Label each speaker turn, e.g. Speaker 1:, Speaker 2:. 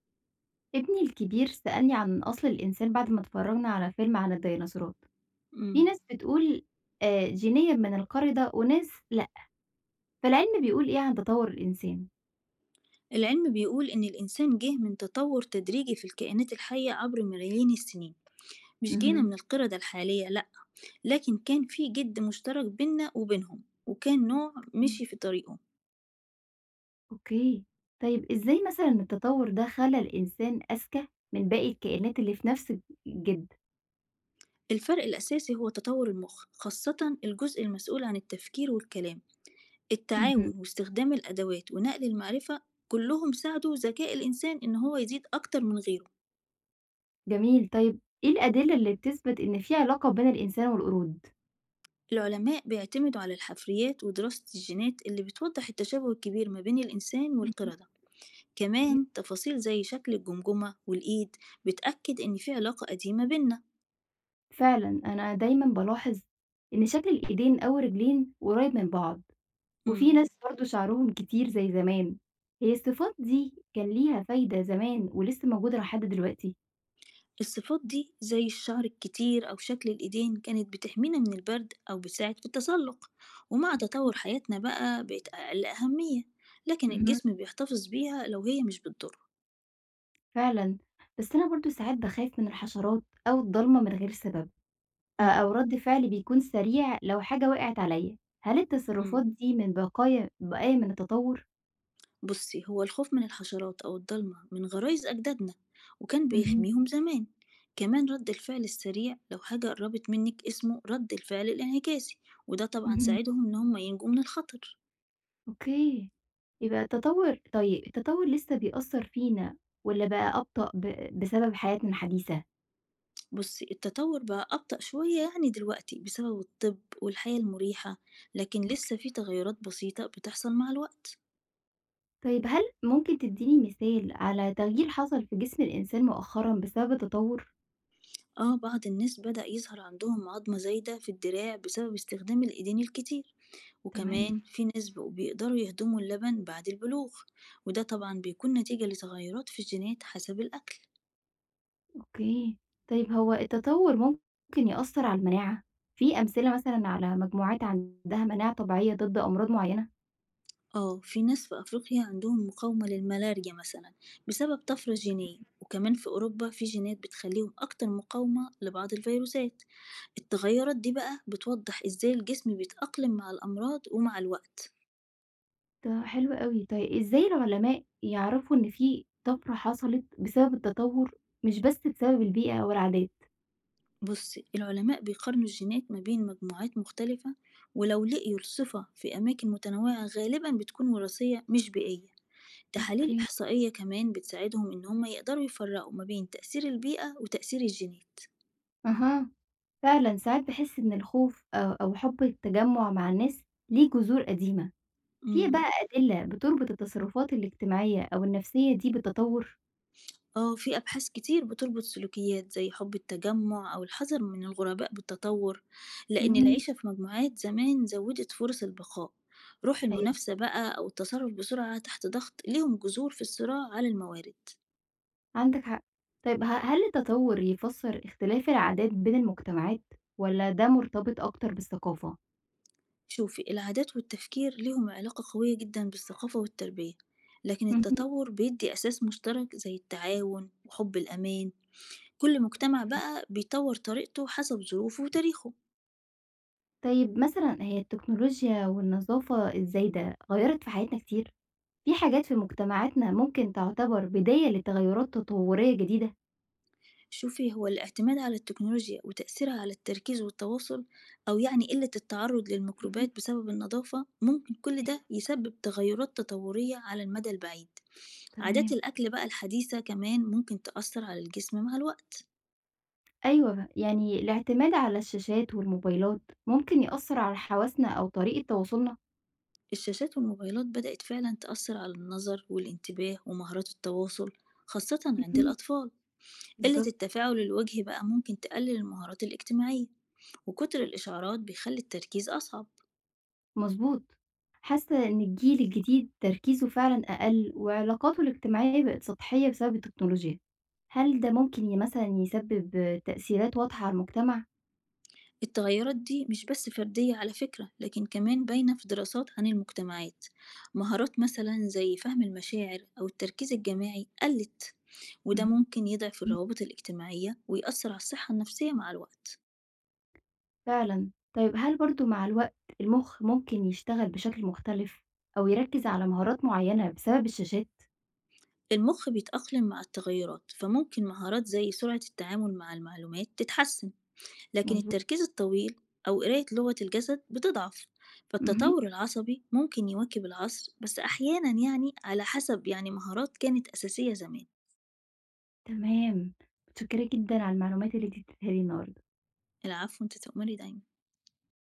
Speaker 1: ابني الكبير سألني عن أصل الإنسان بعد ما اتفرجنا على فيلم عن الديناصورات. في
Speaker 2: مم.
Speaker 1: ناس بتقول آه، جينيا من القردة وناس لأ. فالعلم بيقول إيه عن تطور الإنسان؟
Speaker 2: العلم بيقول إن الإنسان جه من تطور تدريجي في الكائنات الحية عبر ملايين السنين. مش جينا
Speaker 1: مهم.
Speaker 2: من القردة الحالية لأ، لكن كان في جد مشترك بينا وبينهم وكان نوع مشي في طريقه.
Speaker 1: أوكي. طيب إزاي مثلا التطور ده خلى الإنسان أذكى من باقي الكائنات اللي في نفس الجد؟
Speaker 2: الفرق الأساسي هو تطور المخ، خاصة الجزء المسؤول عن التفكير والكلام.
Speaker 1: مهم.
Speaker 2: التعاون واستخدام الأدوات ونقل المعرفة كلهم ساعدوا ذكاء الإنسان إن هو يزيد أكتر من غيره.
Speaker 1: جميل. طيب إيه الأدلة اللي بتثبت إن في علاقة بين الإنسان والقرود؟
Speaker 2: العلماء بيعتمدوا على الحفريات ودراسة الجينات اللي بتوضح التشابه الكبير ما بين الإنسان
Speaker 1: مهم.
Speaker 2: والقردة. كمان تفاصيل زي شكل الجمجمة والإيد بتأكد إن في علاقة قديمة بينا.
Speaker 1: فعلا أنا دايما بلاحظ إن شكل الإيدين أو الرجلين قريب من بعض، وفي
Speaker 2: مم.
Speaker 1: ناس برضه شعرهم كتير زي زمان، هي الصفات دي كان ليها فايدة زمان ولسه موجودة لحد دلوقتي؟
Speaker 2: الصفات دي زي الشعر الكتير أو شكل الإيدين كانت بتحمينا من البرد أو بتساعد في التسلق، ومع
Speaker 1: أوكي.
Speaker 2: تطور حياتنا بقى بقت أقل أهمية. لكن
Speaker 1: اهم.
Speaker 2: الجسم بيحتفظ بيها لو هي مش بتضر.
Speaker 1: فعلًا. بس أنا برضه ساعات باخاف من الحشرات أو الضلمة من غير سبب، أو
Speaker 2: مم.
Speaker 1: رد فعلي بيكون سريع لو حاجة وقعت عليَّ، هل التصرفات
Speaker 2: مم.
Speaker 1: دي من بقايا من التطور؟
Speaker 2: بصي، هو الخوف من الحشرات أو الضلمة من غرائز أجدادنا وكان
Speaker 1: اهم.
Speaker 2: بيحميهم زمان. كمان رد الفعل السريع لو حاجة قربت منك اسمه رد الفعل الانعكاسي، وده طبعا
Speaker 1: اهم.
Speaker 2: ساعدهم إن هم ينجوا من الخطر.
Speaker 1: أوكي. يبقى التطور، طيب التطور لسه بيأثر فينا، والّا بقى أبطأ بسبب حياتنا الحديثة؟
Speaker 2: بصي التطور بقى أبطأ شوية يعني دلوقتي بسبب الطب والحياة المريحة، لكن
Speaker 1: أوكي.
Speaker 2: لسه في تغيرات بسيطة بتحصل مع الوقت.
Speaker 1: طيب هل ممكن تديني مثال على تغيير حصل في جسم الإنسان مؤخرًا بسبب التطور؟
Speaker 2: اه، بعض الناس بدأ يظهر عندهم عظمة زايدة في الدراع بسبب استخدام الإيدين الكتير،
Speaker 1: تمام.
Speaker 2: وكمان في ناس بقوا بيقدروا يهضموا اللبن بعد البلوغ. وده طبعا بيكون نتيجة لتغيرات في الجينات حسب الأكل.
Speaker 1: أوكي. طيب هو التطور ممكن يأثّر على المناعة؟ في أمثلة مثلًا على مجموعات عندها مناعة طبيعية ضد أمراض معيّنة؟
Speaker 2: اه، في ناس في أفريقيا عندهم مقاومة للملاريا مثلا بسبب طفرة جينية، وكمان في أوروبا في جينات بتخليهم أكتر مقاومة لبعض الفيروسات. التغيرات دي بقى بتوضح إزاي الجسم بيتأقلم مع الأمراض ومع الوقت.
Speaker 1: ده حلو أوي. طيب إزاي العلماء يعرفوا إن في طفرة حصلت بسبب التطور مش بس بسبب البيئة أو العادات؟
Speaker 2: بص، العلماء بيقارنوا الجينات ما بين مجموعات مختلفة، ولو لقيوا الصفة في أماكن متنوعة غالبا بتكون وراثية مش بيئية. تحاليل
Speaker 1: أوكي.
Speaker 2: إحصائية كمان بتساعدهم إن هما يقدروا يفرقوا ما بين تأثير البيئة وتأثير الجينات.
Speaker 1: أها. فعلًا ساعات باحس إن الخوف أو حُب التجمُّع مع الناس ليه جذور قديمة. في
Speaker 2: مم.
Speaker 1: بقى أدلة بتربط التصرفات الاجتماعية أو النفسية دي بالتطور؟
Speaker 2: اه، في أبحاث كتير بتربط سلوكيات زي حب التجمع أو الحذر من الغرباء بالتطور، لأن
Speaker 1: اهم.
Speaker 2: العيشة في مجموعات زمان زودت فرص البقاء. روح
Speaker 1: أيوه،
Speaker 2: المنافسة بقى أو التصرف بسرعة تحت ضغط ليهم جذور في الصراع على الموارد.
Speaker 1: عندك حق. طيب هل التطور يفسر اختلاف العادات بين المجتمعات، والّا ده مرتبط أكتر بالثقافة؟
Speaker 2: شوفي، العادات والتفكير ليهم علاقة قوية جدا بالثقافة والتربية، لكن
Speaker 1: اهم.
Speaker 2: التطور بيدي أساس مشترك زي التعاون وحب الأمان. كل مجتمع بقى بيطور طريقته حسب ظروفه وتاريخه.
Speaker 1: طيب مثلًا هي التكنولوجيا والنظافة الزايدة غيّرت في حياتنا كتير، في حاجات في مجتمعاتنا ممكن تعتبر بداية لتغيرات تطورية جديدة؟
Speaker 2: شوفي، هو الاعتماد على التكنولوجيا وتأثيرها على التركيز والتواصل، أو يعني قلة التعرض
Speaker 1: اهم.
Speaker 2: للميكروبات بسبب النظافة، ممكن كل ده
Speaker 1: أيوه،
Speaker 2: يسبب تغيرات تطورية على المدى البعيد. عادات
Speaker 1: تمام.
Speaker 2: الأكل بقى الحديثة كمان ممكن تأثر على الجسم مع الوقت.
Speaker 1: أيوه، يعني الاعتماد على الشاشات والموبايلات ممكن يأثر على حواسنا أو طريقة تواصلنا؟
Speaker 2: الشاشات والموبايلات بدأت فعلا تأثر على النظر والانتباه ومهارات التواصل، خاصة عند
Speaker 1: اهم.
Speaker 2: الأطفال. قلة
Speaker 1: بالضبط.
Speaker 2: التفاعل الوجهي بقى ممكن تقلل المهارات الاجتماعية، وكتر الإشعارات بيخلي التركيز أصعب.
Speaker 1: مضبوط. حاسة إن الجيل الجديد تركيزه فعلًا أقل وعلاقاته الاجتماعية بقت سطحية بسبب التكنولوجيا. هل ده ممكن مثلًا يسبب تأثيرات واضحة على المجتمع؟
Speaker 2: التغيرات دي مش بس فردية على فكرة، لكن كمان باينة في دراسات عن المجتمعات. مهارات مثلا زي فهم المشاعر أو التركيز الجماعي قلت، وده
Speaker 1: اهم.
Speaker 2: ممكن يضعف الروابط الاجتماعية ويأثر على الصحة النفسية مع الوقت.
Speaker 1: فعلًا. طيب هل برضه مع الوقت المُخ ممكن يشتغل بشكل مختلف أو يركّز على مهارات معيّنة بسبب الشاشات؟
Speaker 2: المخ بيتأقلم مع التغيرات، فممكن مهارات زي سرعة التعامل مع المعلومات تتحسن، لكن
Speaker 1: مضبوط.
Speaker 2: التركيز الطويل أو قراية لغة الجسد بتضعف.
Speaker 1: اهم.
Speaker 2: فالتطور العصبي ممكن يواكب العصر، بس أحيانا يعني على حسب يعني مهارات كانت أساسية زمان.
Speaker 1: تمام. متشكرة جدًا على المعلومات اللي أنتِ اديتيها لي النهارده.
Speaker 2: العفو، أنت تؤمري دايما.